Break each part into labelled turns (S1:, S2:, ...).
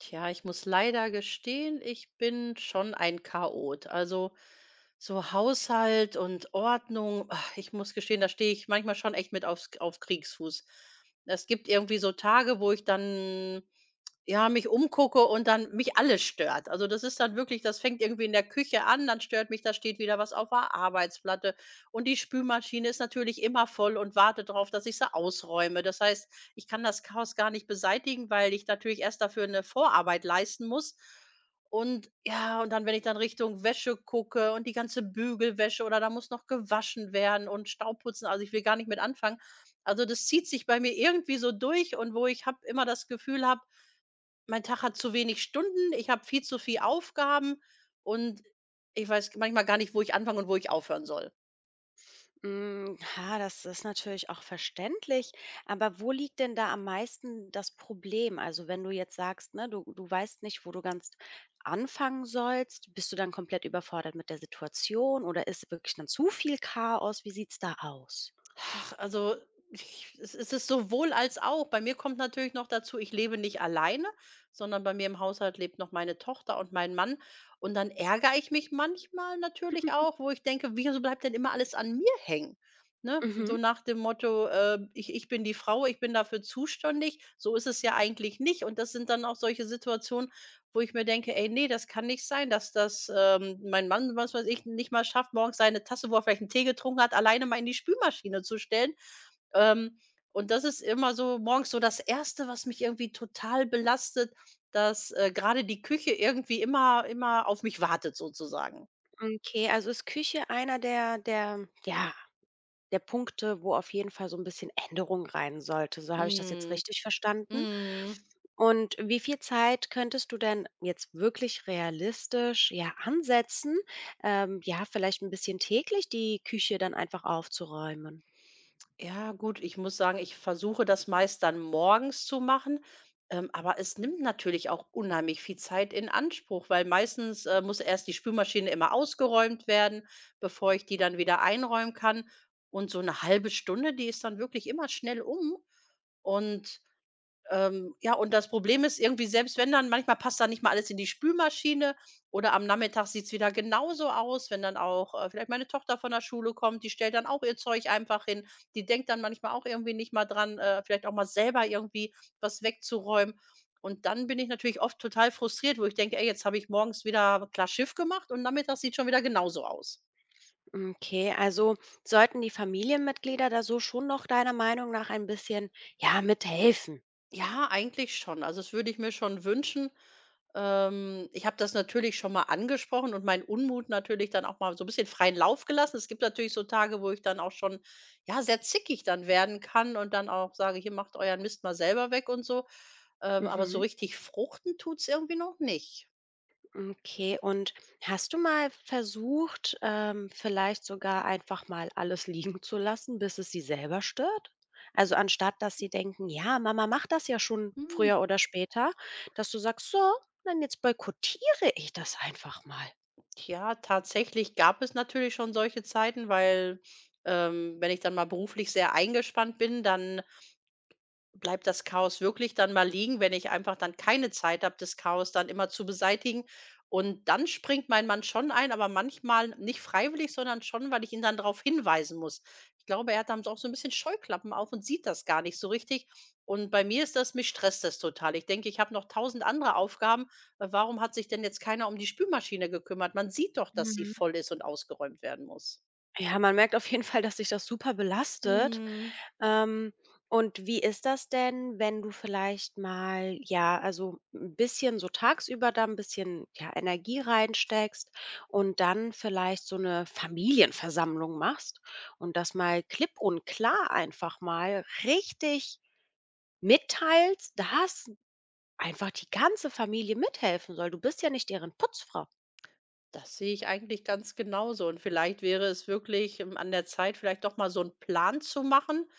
S1: Tja, ich muss leider gestehen, ich bin schon ein Chaot. Also so Haushalt und Ordnung, ich muss gestehen, da stehe ich manchmal schon echt mit auf Kriegsfuß. Es gibt irgendwie so Tage, wo ich dann ja, mich umgucke und dann mich alles stört. Also, das ist dann wirklich, das fängt irgendwie in der Küche an, dann stört mich, da steht wieder was auf der Arbeitsplatte, und die Spülmaschine ist natürlich immer voll und wartet darauf, dass ich sie ausräume. Das heißt, ich kann das Chaos gar nicht beseitigen, weil ich natürlich erst dafür eine Vorarbeit leisten muss. Und ja, und dann, wenn ich dann Richtung Wäsche gucke und die ganze Bügelwäsche oder da muss noch gewaschen werden und Staubputzen, also, ich will gar nicht mit anfangen. Also, das zieht sich bei mir irgendwie so durch und wo ich habe immer das Gefühl habe, mein Tag hat zu wenig Stunden, ich habe viel zu viel Aufgaben und ich weiß manchmal gar nicht, wo ich anfangen und wo ich aufhören soll.
S2: Hm, ha, das ist natürlich auch verständlich. Aber wo liegt denn da am meisten das Problem? Also, wenn du jetzt sagst, ne, du weißt nicht, wo du ganz anfangen sollst, bist du dann komplett überfordert mit der Situation oder ist wirklich dann zu viel Chaos? Wie sieht's da aus?
S1: Ach, also, ich es es ist sowohl als auch. Bei mir kommt natürlich noch dazu, ich lebe nicht alleine, sondern bei mir im Haushalt lebt noch meine Tochter und mein Mann. Und dann ärgere ich mich manchmal natürlich auch, wo ich denke: „Wieso bleibt denn immer alles an mir hängen?“ Ne?
S2: Mhm.
S1: So nach dem Motto, ich bin die Frau, ich bin dafür zuständig. So ist es ja eigentlich nicht. Und das sind dann auch solche Situationen, wo ich mir denke: „Ey, nee, das kann nicht sein, dass das mein Mann, was weiß ich, nicht mal schafft, morgens seine Tasse, wo er vielleicht einen Tee getrunken hat, alleine mal in die Spülmaschine zu stellen.“ Ähm, und das ist immer so morgens so das Erste, was mich irgendwie total belastet, dass grade die Küche irgendwie immer auf mich wartet sozusagen.
S2: Okay, also ist Küche einer der, ja, der Punkte, wo auf jeden Fall so ein bisschen Änderung rein sollte. So habe ich das jetzt
S1: Mhm.
S2: richtig verstanden?
S1: Mhm.
S2: Und wie viel Zeit könntest du denn jetzt wirklich realistisch, ja, ansetzen, ja, vielleicht ein bisschen täglich die Küche dann einfach aufzuräumen?
S1: Ja, gut, ich muss sagen, ich versuche das meist dann morgens zu machen, aber es nimmt natürlich auch unheimlich viel Zeit in Anspruch, weil meistens muss erst die Spülmaschine immer ausgeräumt werden, bevor ich die dann wieder einräumen kann. Und so eine halbe Stunde, die ist dann wirklich immer schnell um, und ja, und das Problem ist irgendwie, selbst wenn, dann manchmal passt dann nicht mal alles in die Spülmaschine, oder am Nachmittag sieht's wieder genauso aus, wenn dann auch vielleicht meine Tochter von der Schule kommt, die stellt dann auch ihr Zeug einfach hin. Die denkt dann manchmal auch irgendwie nicht mal dran, vielleicht auch mal selber irgendwie was wegzuräumen. Und dann bin ich natürlich oft total frustriert, wo ich denke: „Ey, jetzt habe ich morgens wieder klar Schiff gemacht und nachmittags sieht schon wieder genauso aus.“
S2: Okay, also sollten die Familienmitglieder da so schon noch deiner Meinung nach ein bisschen, ja, mithelfen?
S1: Ja, eigentlich schon. Also, das würde ich mir schon wünschen. Ich habe das natürlich schon mal angesprochen und meinen Unmut natürlich dann auch mal so ein bisschen freien Lauf gelassen. Es gibt natürlich so Tage, wo ich dann auch schon, ja, sehr zickig dann werden kann und dann auch sage: „Hier, macht euren Mist mal selber weg“ und so. Aber so
S2: Mhm.
S1: richtig fruchten tut's irgendwie noch nicht.
S2: Okay, und hast du mal versucht, vielleicht sogar einfach mal alles liegen zu lassen, bis es sie selber stört? Also anstatt, dass sie denken, ja, Mama macht das ja schon
S1: Hm,
S2: früher oder später, dass du sagst, so, dann jetzt boykottiere ich das einfach mal.
S1: ja, tatsächlich gab es natürlich schon solche Zeiten, weil wenn ich dann mal beruflich sehr eingespannt bin, dann bleibt das Chaos wirklich dann mal liegen, wenn ich einfach dann keine Zeit habe, das Chaos dann immer zu beseitigen. Und dann springt mein Mann schon ein, aber manchmal nicht freiwillig, sondern schon, weil ich ihn dann darauf hinweisen muss. Ich glaube, er hat dann auch so ein bisschen Scheuklappen auf und sieht das gar nicht so richtig. Und bei mir ist das, mich stresst das total. Ich denke, ich habe noch tausend andere Aufgaben. Warum hat sich denn jetzt keiner um die Spülmaschine gekümmert? Man sieht doch, dass sie
S2: Mhm.
S1: voll ist und ausgeräumt werden muss.
S2: Ja, man merkt auf jeden Fall, dass sich das super belastet.
S1: Mhm.
S2: Ähm, und wie ist das denn, wenn du vielleicht mal, ja, also ein bisschen so tagsüber da ein bisschen, ja, Energie reinsteckst und dann vielleicht so eine Familienversammlung machst und das mal klipp und klar einfach mal richtig mitteilst, dass einfach die ganze Familie mithelfen soll. Du bist ja nicht deren Putzfrau.
S1: Das sehe ich eigentlich ganz genauso, und vielleicht wäre es wirklich an der Zeit, vielleicht doch mal so einen Plan zu machen.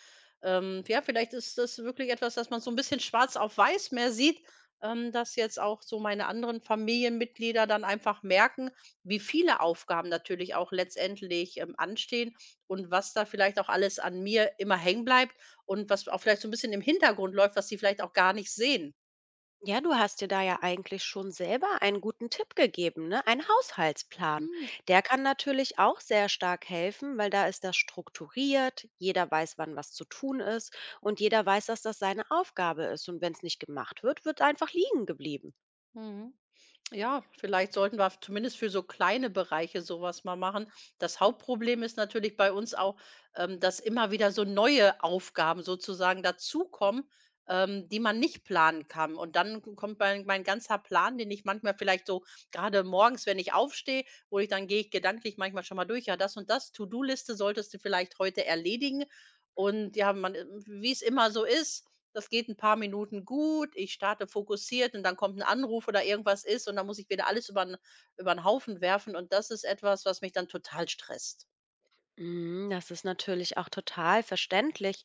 S1: Ja, vielleicht ist das wirklich etwas, dass man so ein bisschen schwarz auf weiß mehr sieht, dass jetzt auch so meine anderen Familienmitglieder dann einfach merken, wie viele Aufgaben natürlich auch letztendlich anstehen und was da vielleicht auch alles an mir immer hängen bleibt und was auch vielleicht so ein bisschen im Hintergrund läuft, was sie vielleicht auch gar nicht sehen.
S2: Ja, du hast dir da ja eigentlich schon selber einen guten Tipp gegeben, ne? Ein Haushaltsplan.
S1: Mhm.
S2: Der kann natürlich auch sehr stark helfen, weil da ist das strukturiert, jeder weiß, wann was zu tun ist und jeder weiß, dass das seine Aufgabe ist. Und wenn es nicht gemacht wird, wird einfach liegen geblieben.
S1: Mhm. Ja, vielleicht sollten wir zumindest für so kleine Bereiche sowas mal machen. Das Hauptproblem ist natürlich bei uns auch, dass immer wieder so neue Aufgaben sozusagen dazukommen, die man nicht planen kann. Und dann k kommt mein ganzer Plan, den ich manchmal vielleicht so gerade morgens, wenn ich aufstehe, wo ich dann gehe ich gedanklich manchmal schon mal durch: „Ja, das und das, To-do-Liste solltest du vielleicht heute erledigen.“ Und ja, wie's immer so ist, das geht ein paar Minuten gut. Ich starte fokussiert und dann kommt ein Anruf oder irgendwas ist und dann muss ich wieder alles über 'n Haufen werfen und das ist etwas, was mich dann total stresst.
S2: Mm, das ist natürlich auch total verständlich.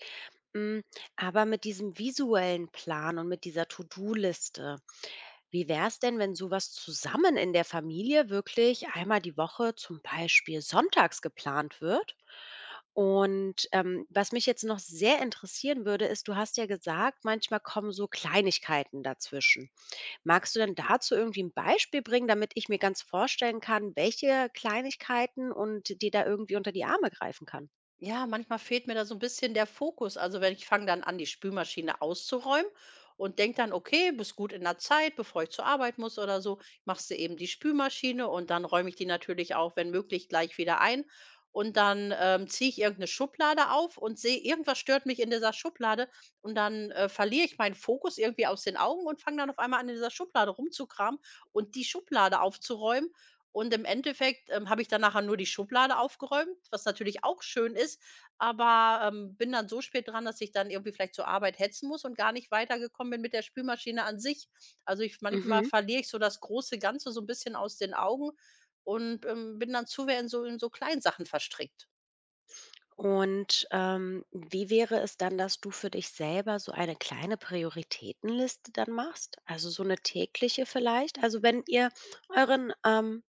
S2: Mm, aber mit diesem visuellen Plan und mit dieser To-Do-Liste, wie wäre es denn, wenn sowas zusammen in der Familie wirklich einmal die Woche, zum Beispiel sonntags, geplant wird? Und was mich jetzt noch sehr interessieren würde, ist, du hast ja gesagt, manchmal kommen so Kleinigkeiten dazwischen. Magst du denn dazu irgendwie ein Beispiel bringen, damit ich mir ganz vorstellen kann, welche Kleinigkeiten und die da irgendwie unter die Arme greifen kann?
S1: Ja, manchmal fehlt mir da so ein bisschen der Fokus. Also, wenn ich fange dann an, die Spülmaschine auszuräumen und denke dann: „Okay, bist gut in der Zeit, bevor ich zur Arbeit muss oder so, machst du eben die Spülmaschine“, und dann räume ich die natürlich auch, wenn möglich, gleich wieder ein. Und dann ziehe ich irgendeine Schublade auf und sehe, irgendwas stört mich in dieser Schublade und dann verliere ich meinen Fokus irgendwie aus den Augen und fange dann auf einmal an, in dieser Schublade rumzukramen und die Schublade aufzuräumen, und im Endeffekt habe ich dann nachher nur die Schublade aufgeräumt, was natürlich auch schön ist, aber bin dann so spät dran, dass ich dann irgendwie vielleicht zur Arbeit hetzen muss und gar nicht weitergekommen bin mit der Spülmaschine an sich. Also, ich manchmal
S2: Mhm.
S1: verliere ich so das große Ganze so ein bisschen aus den Augen und bin dann zu sehr in so Kleinsachen verstrickt.
S2: Und, wie wäre es dann, dass du für dich selber so eine kleine Prioritätenliste dann machst? Also so eine tägliche vielleicht? Also, wenn ihr euren,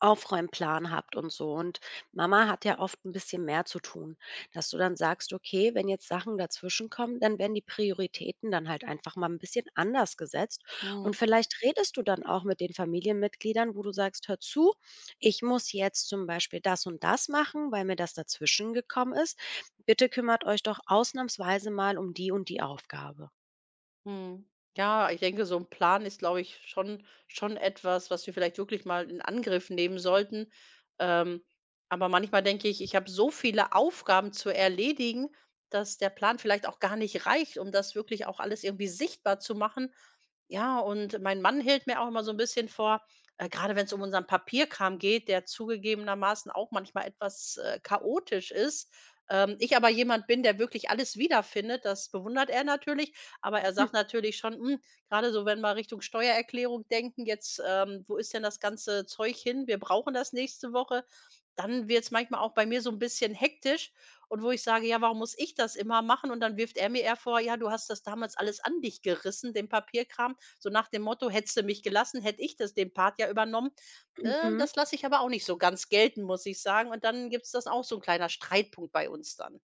S2: Aufräumplan habt und so. Und Mama hat ja oft ein bisschen mehr zu tun, dass du dann sagst: „Okay, wenn jetzt Sachen dazwischenkommen, dann werden die Prioritäten dann halt einfach mal ein bisschen anders gesetzt.“ Und
S1: Mhm.
S2: vielleicht redest du dann auch mit den Familienmitgliedern, wo du sagst: „Hör zu, ich muss jetzt zum Beispiel das und das machen, weil mir das dazwischen gekommen ist. Bitte kümmert euch doch ausnahmsweise mal um die und die Aufgabe.“
S1: Mhm. Ja, ich denke, so ein Plan ist, glaube ich, schon etwas, was wir vielleicht wirklich mal in Angriff nehmen sollten. Ähm, aber manchmal denke ich, ich habe so viele Aufgaben zu erledigen, dass der Plan vielleicht auch gar nicht reicht, um das wirklich auch alles irgendwie sichtbar zu machen, ja, und mein Mann hält mir auch immer so ein bisschen vor, gerade wenn es um unseren Papierkram geht, der zugegebenermaßen auch manchmal etwas chaotisch ist. Ich aber jemand bin, der wirklich alles wiederfindet, das bewundert er natürlich, aber er sagt natürlich schon: „Hm, grade so, wenn wir Richtung Steuererklärung denken, jetzt, wo ist denn das ganze Zeug hin? Wir brauchen das nächste Woche.“ Dann wird es manchmal auch bei mir so ein bisschen hektisch und wo ich sage: „Ja, warum muss ich das immer machen?“ Und dann wirft er mir eher vor: „Ja, du hast das damals alles an dich gerissen, den Papierkram. So nach dem Motto: „Hättest du mich gelassen, hätte ich das den Part ja übernommen.“
S2: Mhm.
S1: Das lasse ich aber auch nicht so ganz gelten, muss ich sagen. Und dann gibt's das auch so ein kleiner Streitpunkt bei uns dann.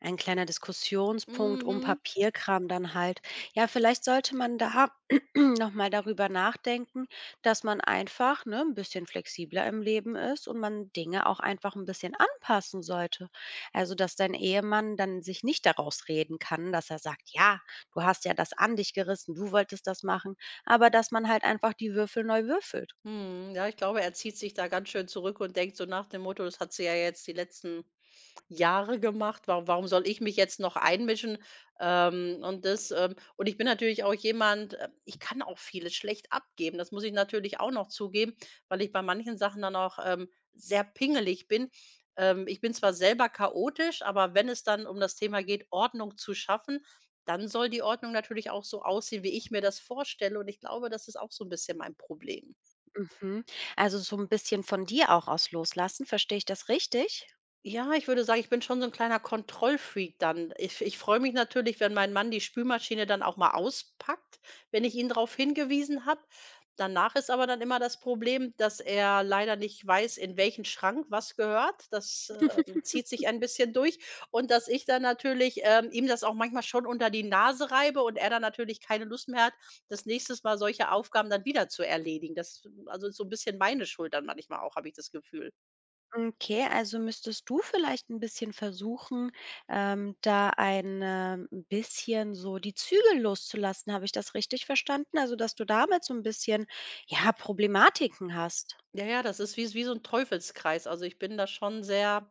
S2: Ein kleiner Diskussionspunkt um
S1: Mhm.
S2: Papierkram dann halt. Ja, vielleicht sollte man da noch mal darüber nachdenken, dass man einfach, ne, 'n bisschen flexibler im Leben ist und man Dinge auch einfach ein bisschen anpassen sollte. Also, dass dein Ehemann dann sich nicht daraus reden kann, dass er sagt: „Ja, du hast ja das an dich gerissen, du wolltest das machen“, aber dass man halt einfach die Würfel neu würfelt.
S1: Mhm. Ja, ich glaube, er zieht sich da ganz schön zurück und denkt so nach dem Motto: „Das hat sie ja jetzt die letzten Jahre gemacht. Warum soll ich mich jetzt noch einmischen? Und das, und ich bin natürlich auch jemand, ich kann auch vieles schlecht abgeben. Das muss ich natürlich auch noch zugeben, weil ich bei manchen Sachen dann auch sehr pingelig bin. Ich bin zwar selber chaotisch, aber wenn es dann um das Thema geht, Ordnung zu schaffen, dann soll die Ordnung natürlich auch so aussehen, wie ich mir das vorstelle. Und ich glaube, das ist auch so ein bisschen mein Problem.
S2: Mhm. Also, so ein bisschen von dir auch aus loslassen. Verstehe ich das richtig?
S1: Ja, ich würde sagen, ich bin schon so ein kleiner Kontrollfreak dann. Ich freue mich natürlich, wenn mein Mann die Spülmaschine dann auch mal auspackt, wenn ich ihn darauf hingewiesen habe. Danach ist aber dann immer das Problem, dass er leider nicht weiß, in welchen Schrank was gehört. Das zieht sich ein bisschen durch, und dass ich dann natürlich ihm das auch manchmal schon unter die Nase reibe und er dann natürlich keine Lust mehr hat, das nächste Mal solche Aufgaben dann wieder zu erledigen. Das ist also so ein bisschen meine Schuld dann manchmal auch, habe ich das Gefühl.
S2: Okay, also müsstest du vielleicht ein bisschen versuchen, da ein, bisschen so die Zügel loszulassen. Habe ich das richtig verstanden? Also, dass du damit so ein bisschen, ja, Problematiken hast?
S1: Ja, ja, das ist wie so ein Teufelskreis. Also, ich bin da schon sehr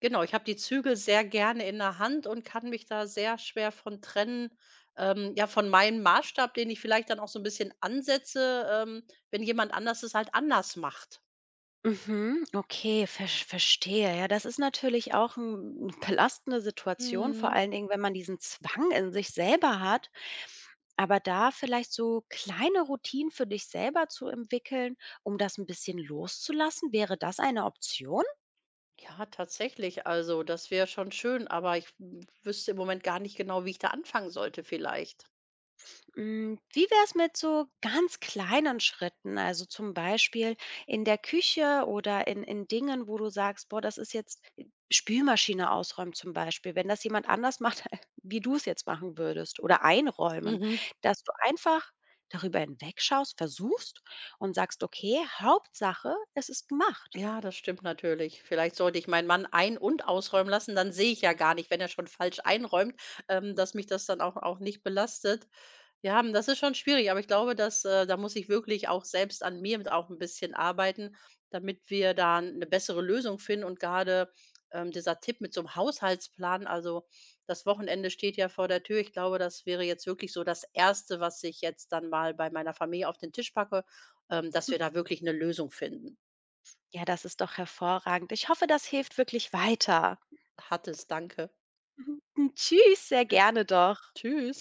S1: genau, ich habe die Zügel sehr gerne in der Hand und kann mich da sehr schwer von trennen, ja, von meinem Maßstab, den ich vielleicht dann auch so ein bisschen ansetze, wenn jemand anders es halt anders macht.
S2: Mhm, okay, versch verstehe. Ja, das ist natürlich auch 'n 'n belastende Situation, vor
S1: Mhm.
S2: allen Dingen, wenn man diesen Zwang in sich selber hat. Aber da vielleicht so kleine Routinen für dich selber zu entwickeln, um das ein bisschen loszulassen, wäre das eine Option?
S1: Ja, tatsächlich. Also, das wäre schon schön, aber ich w wüsste im Moment gar nicht genau, wie ich da anfangen sollte vielleicht.
S2: Hm, wie wäre es mit so ganz kleinen Schritten? Also, zum Beispiel in der Küche oder in Dingen, wo du sagst: „Boah, das ist jetzt“ Spülmaschine ausräumen zum Beispiel, wenn das jemand anders macht, wie du es jetzt machen würdest oder einräumen,
S1: Mhm.
S2: dass du einfach darüber hinwegschaust, versuchst und sagst: „Okay, Hauptsache, es ist gemacht.“
S1: Ja, das stimmt natürlich. Vielleicht sollte ich meinen Mann ein und ausräumen lassen, dann sehe ich ja gar nicht, wenn er schon falsch einräumt, dass mich das dann auch nicht belastet. Ja, hm, das ist schon schwierig, aber ich glaube, dass da muss ich wirklich auch selbst an mir mit auch ein bisschen arbeiten, damit wir da eine bessere Lösung finden, und gerade dieser Tipp mit so einem Haushaltsplan, also, das Wochenende steht ja vor der Tür. Ich glaube, das wäre jetzt wirklich so das Erste, was ich jetzt dann mal bei meiner Familie auf den Tisch packe, dass wir da wirklich eine Lösung finden.
S2: Ja, das ist doch hervorragend. Ich hoffe, das hilft wirklich weiter.
S1: Hat es, danke.
S2: Tschüss, sehr gerne doch.
S1: Tschüss.